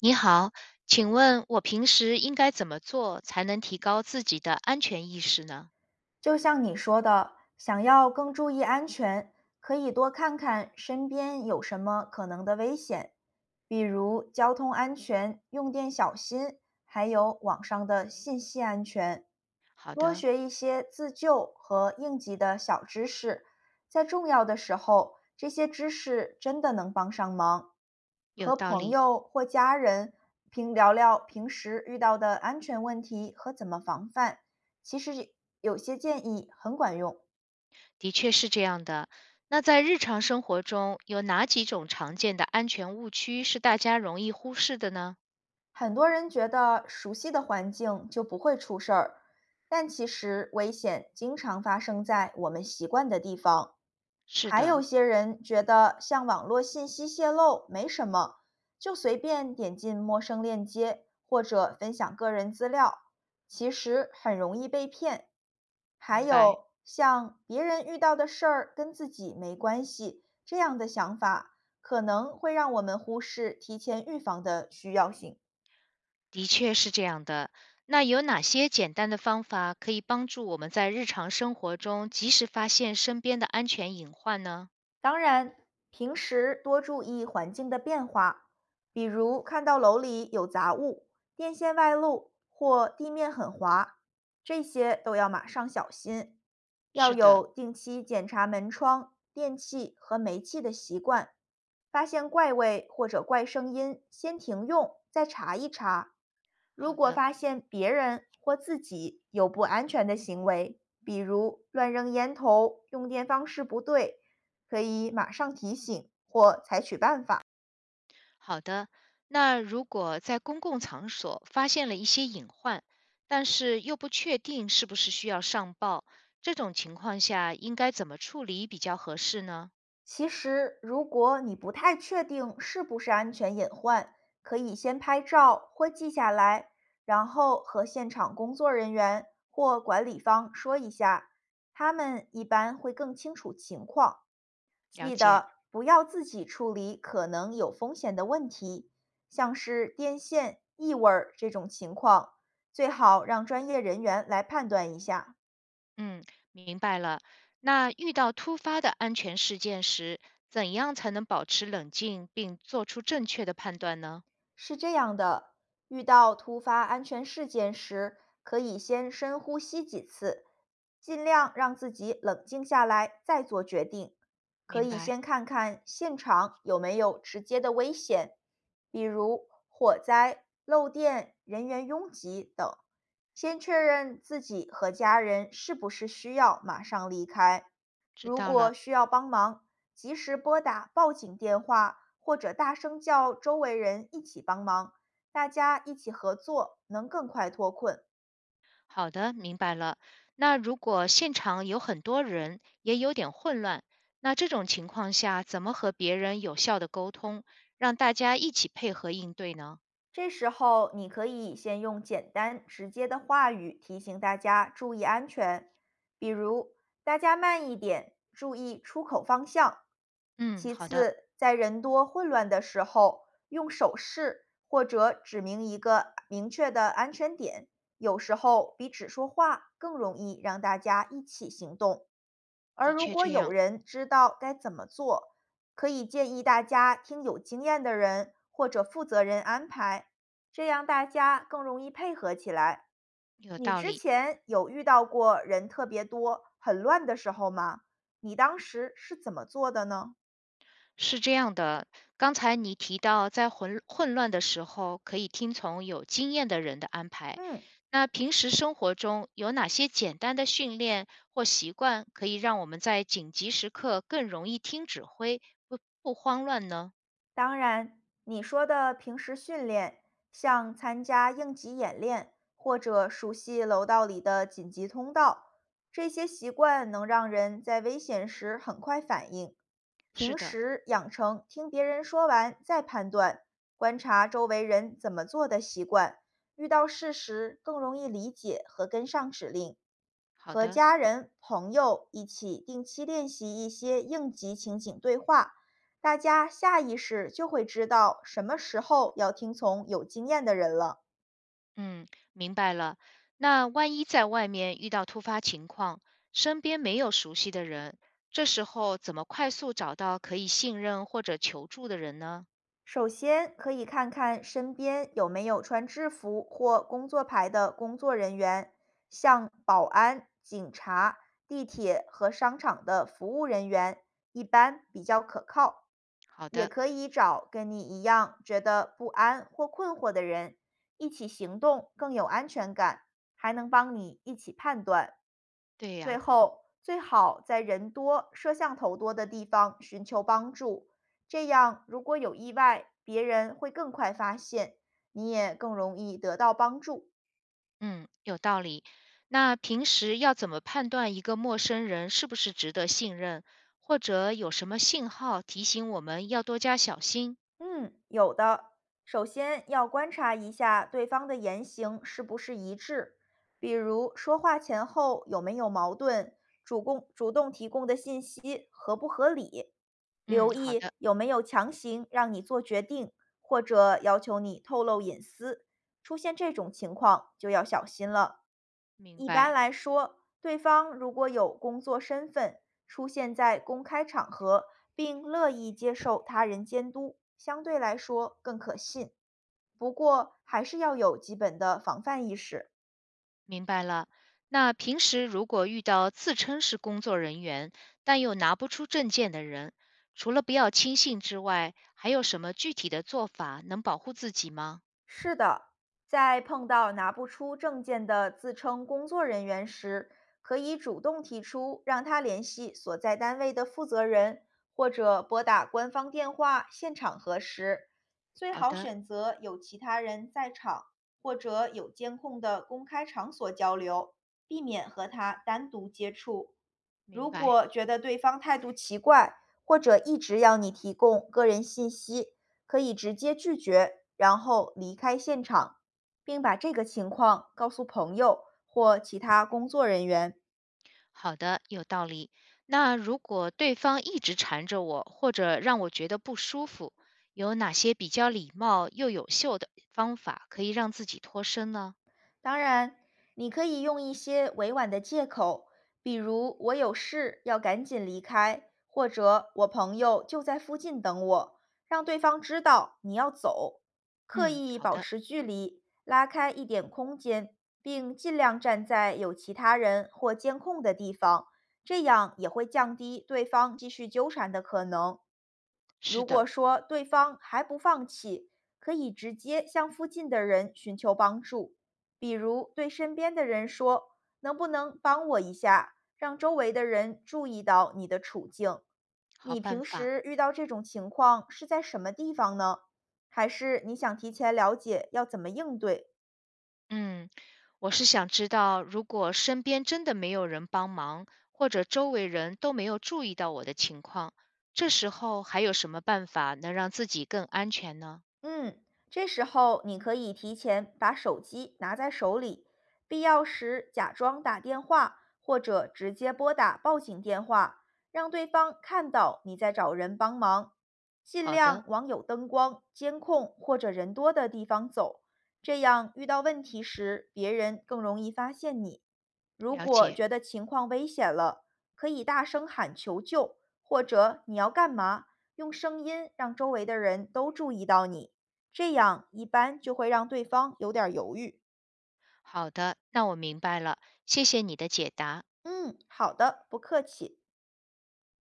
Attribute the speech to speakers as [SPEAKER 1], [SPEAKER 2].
[SPEAKER 1] 你好，请问我平时应该怎么做才能提高自己的安全意识呢？
[SPEAKER 2] 就像你说的，想要更注意安全，可以多看看身边有什么可能的危险，比如交通安全、用电小心，还有网上的信息安全。
[SPEAKER 1] 好
[SPEAKER 2] 多
[SPEAKER 1] 的，
[SPEAKER 2] 学一些自救和应急的小知识，在重要的时候，这些知识真的能帮上忙。
[SPEAKER 1] 有
[SPEAKER 2] 和
[SPEAKER 1] 道
[SPEAKER 2] 朋
[SPEAKER 1] 理，
[SPEAKER 2] 友或家人平聊聊平时遇到的安全问题和怎么防范，其实有些建议很管用，
[SPEAKER 1] 的确是这样的。那在日常生活中，有哪几种常见的安全误区是大家容易忽视的呢？
[SPEAKER 2] 很多人觉得熟悉的环境就不会出事儿，但其实危险经常发生在我们习惯的地方。
[SPEAKER 1] 是
[SPEAKER 2] 还有
[SPEAKER 1] 的，
[SPEAKER 2] 些人觉得像网络信息泄露没什么，就随便点进陌生链接或者分享个人资料，其实很容易被骗。还
[SPEAKER 1] 明白，
[SPEAKER 2] 有像别人遇到的事儿跟自己没关系这样的想法，可能会让我们忽视提前预防的需要性。
[SPEAKER 1] 的确是这样的。那有哪些简单的方法可以帮助我们在日常生活中及时发现身边的安全隐患呢？
[SPEAKER 2] 当然，平时多注意环境的变化，比如看到楼里有杂物、电线外露或地面很滑，这些都要马上小心。要
[SPEAKER 1] 是的，
[SPEAKER 2] 有定期检查门窗、电器和煤气的习惯，发现怪味或者怪声音，先停用，再查一查。如
[SPEAKER 1] 好
[SPEAKER 2] 果
[SPEAKER 1] 的。
[SPEAKER 2] 发现别人或自己有不安全的行为，比如乱扔烟头、用电方式不对，可以马上提醒或采取办法。
[SPEAKER 1] 好的，那如果在公共场所发现了一些隐患，但是又不确定是不是需要上报，这种情况下应该怎么处理比较合适呢？
[SPEAKER 2] 其实，如果你不太确定是不是安全隐患，可以先拍照或记下来，然后和现场工作人员或管理方说一下，他们一般会更清楚情况。
[SPEAKER 1] 了
[SPEAKER 2] 记
[SPEAKER 1] 解。
[SPEAKER 2] 得不要自己处理可能有风险的问题，像是电线、异味儿这种情况，最好让专业人员来判断一下。
[SPEAKER 1] 嗯，明白了。那遇到突发的安全事件时，怎样才能保持冷静并做出正确的判断呢？
[SPEAKER 2] 是这样的，遇到突发安全事件时，可以先深呼吸几次，尽量让自己冷静下来再做决定。可
[SPEAKER 1] 明
[SPEAKER 2] 以
[SPEAKER 1] 白，
[SPEAKER 2] 先看看现场有没有直接的危险，比如火灾、漏电、人员拥挤等。先确认自己和家人是不是需要马上离开。
[SPEAKER 1] 知
[SPEAKER 2] 如
[SPEAKER 1] 道
[SPEAKER 2] 果
[SPEAKER 1] 了。
[SPEAKER 2] 需要帮忙，及时拨打报警电话，或者大声叫周围人一起帮忙，大家一起合作，能更快脱困。
[SPEAKER 1] 好的，明白了。那如果现场有很多人，也有点混乱，那这种情况下，怎么和别人有效的沟通，让大家一起配合应对呢？
[SPEAKER 2] 这时候，你可以先用简单直接的话语提醒大家注意安全，比如“大家慢一点，注意出口方向”。
[SPEAKER 1] 嗯，
[SPEAKER 2] 其
[SPEAKER 1] 好的，
[SPEAKER 2] 次，在人多混乱的时候，用手势或者指明一个明确的安全点，有时候比只说话更容易让大家一起行动。而
[SPEAKER 1] 的
[SPEAKER 2] 如
[SPEAKER 1] 确
[SPEAKER 2] 果
[SPEAKER 1] 这
[SPEAKER 2] 有
[SPEAKER 1] 样，
[SPEAKER 2] 人知道该怎么做，可以建议大家听有经验的人或者负责人安排，这样大家更容易配合起来。
[SPEAKER 1] 有
[SPEAKER 2] 你
[SPEAKER 1] 道
[SPEAKER 2] 之
[SPEAKER 1] 理。
[SPEAKER 2] 前有遇到过人特别多、很乱的时候吗？你当时是怎么做的呢？
[SPEAKER 1] 是这样的，刚才你提到在混乱的时候，可以听从有经验的人的安排。
[SPEAKER 2] 嗯。
[SPEAKER 1] 那平时生活中有哪些简单的训练或习惯，可以让我们在紧急时刻更容易听指挥，不慌乱呢？
[SPEAKER 2] 当然，你说的平时训练，像参加应急演练或者熟悉楼道里的紧急通道，这些习惯能让人在危险时很快反应。
[SPEAKER 1] 是
[SPEAKER 2] 平
[SPEAKER 1] 的，
[SPEAKER 2] 时养成听别人说完再判断、观察周围人怎么做的习惯，遇到事时更容易理解和跟上指令。
[SPEAKER 1] 好
[SPEAKER 2] 和
[SPEAKER 1] 的，
[SPEAKER 2] 家人、朋友一起定期练习一些应急情景对话，大家下意识就会知道什么时候要听从有经验的人了。
[SPEAKER 1] 嗯，明白了。那万一在外面遇到突发情况，身边没有熟悉的人，这时候怎么快速找到可以信任或者求助的人呢？
[SPEAKER 2] 首先，可以看看身边有没有穿制服或工作牌的工作人员，像保安、警察、地铁和商场的服务人员，一般比较可靠。
[SPEAKER 1] 好
[SPEAKER 2] 也
[SPEAKER 1] 的，
[SPEAKER 2] 可以找跟你一样觉得不安或困惑的人，一起行动更有安全感，还能帮你一起判断。
[SPEAKER 1] 对
[SPEAKER 2] 最
[SPEAKER 1] 呀、
[SPEAKER 2] 后，最好在人多、摄像头多的地方寻求帮助，这样如果有意外，别人会更快发现，你也更容易得到帮助。
[SPEAKER 1] 嗯，有道理。那平时要怎么判断一个陌生人是不是值得信任，或者有什么信号提醒我们要多加小心？
[SPEAKER 2] 嗯，有的。首先要观察一下对方的言行是不是一致，比如说话前后有没有矛盾，主供主动提供的信息合不合理，
[SPEAKER 1] 嗯，
[SPEAKER 2] 留
[SPEAKER 1] 好
[SPEAKER 2] 意
[SPEAKER 1] 的，
[SPEAKER 2] 有没有强行让你做决定或者要求你透露隐私。出现这种情况就要小心了。
[SPEAKER 1] 明
[SPEAKER 2] 一般
[SPEAKER 1] 白，
[SPEAKER 2] 来说，对方如果有工作身份，出现在公开场合，并乐意接受他人监督，相对来说更可信。不过，还是要有基本的防范意识。
[SPEAKER 1] 明白了。那平时如果遇到自称是工作人员，但又拿不出证件的人，除了不要轻信之外，还有什么具体的做法能保护自己吗？
[SPEAKER 2] 是的，在碰到拿不出证件的自称工作人员时，可以主动提出让他联系所在单位的负责人，或者拨打官方电话现场核实。最
[SPEAKER 1] 好
[SPEAKER 2] 好
[SPEAKER 1] 的，
[SPEAKER 2] 选择有其他人在场或者有监控的公开场所交流，避免和他单独接触。
[SPEAKER 1] 明
[SPEAKER 2] 如
[SPEAKER 1] 白。
[SPEAKER 2] 果觉得对方态度奇怪，或者一直要你提供个人信息，可以直接拒绝，然后离开现场，并把这个情况告诉朋友或其他工作人员。
[SPEAKER 1] 好的，有道理。那如果对方一直缠着我，或者让我觉得不舒服，有哪些比较礼貌又有效的方法可以让自己脱身呢？
[SPEAKER 2] 当然，你可以用一些委婉的借口，比如“我有事要赶紧离开”，或者“我朋友就在附近等我”，让对方知道你要走。刻
[SPEAKER 1] 嗯，
[SPEAKER 2] 意
[SPEAKER 1] 好
[SPEAKER 2] 保
[SPEAKER 1] 的，
[SPEAKER 2] 持距离，拉开一点空间，并尽量站在有其他人或监控的地方，这样也会降低对方继续纠缠的可能。
[SPEAKER 1] 是
[SPEAKER 2] 如果
[SPEAKER 1] 的，
[SPEAKER 2] 说对方还不放弃，可以直接向附近的人寻求帮助。比如对身边的人说：“能不能帮我一下？”让周围的人注意到你的处境。
[SPEAKER 1] 好
[SPEAKER 2] 你
[SPEAKER 1] 办
[SPEAKER 2] 平
[SPEAKER 1] 法。
[SPEAKER 2] 时遇到这种情况是在什么地方呢？还是你想提前了解要怎么应对？
[SPEAKER 1] 嗯，我是想知道，如果身边真的没有人帮忙，或者周围人都没有注意到我的情况，这时候还有什么办法能让自己更安全呢？
[SPEAKER 2] 嗯，这时候你可以提前把手机拿在手里，必要时假装打电话，或者直接拨打报警电话，让对方看到你在找人帮忙。尽
[SPEAKER 1] 好
[SPEAKER 2] 量
[SPEAKER 1] 的，
[SPEAKER 2] 往有灯光、监控或者人多的地方走，这样遇到问题时，别人更容易发现你。如
[SPEAKER 1] 了
[SPEAKER 2] 果
[SPEAKER 1] 解。
[SPEAKER 2] 觉得情况危险了，可以大声喊求救，或者你要干嘛，用声音让周围的人都注意到你。这样一般就会让对方有点儿犹豫。
[SPEAKER 1] 好的，那我明白了，谢谢你的解答。
[SPEAKER 2] 嗯，好的，不客气。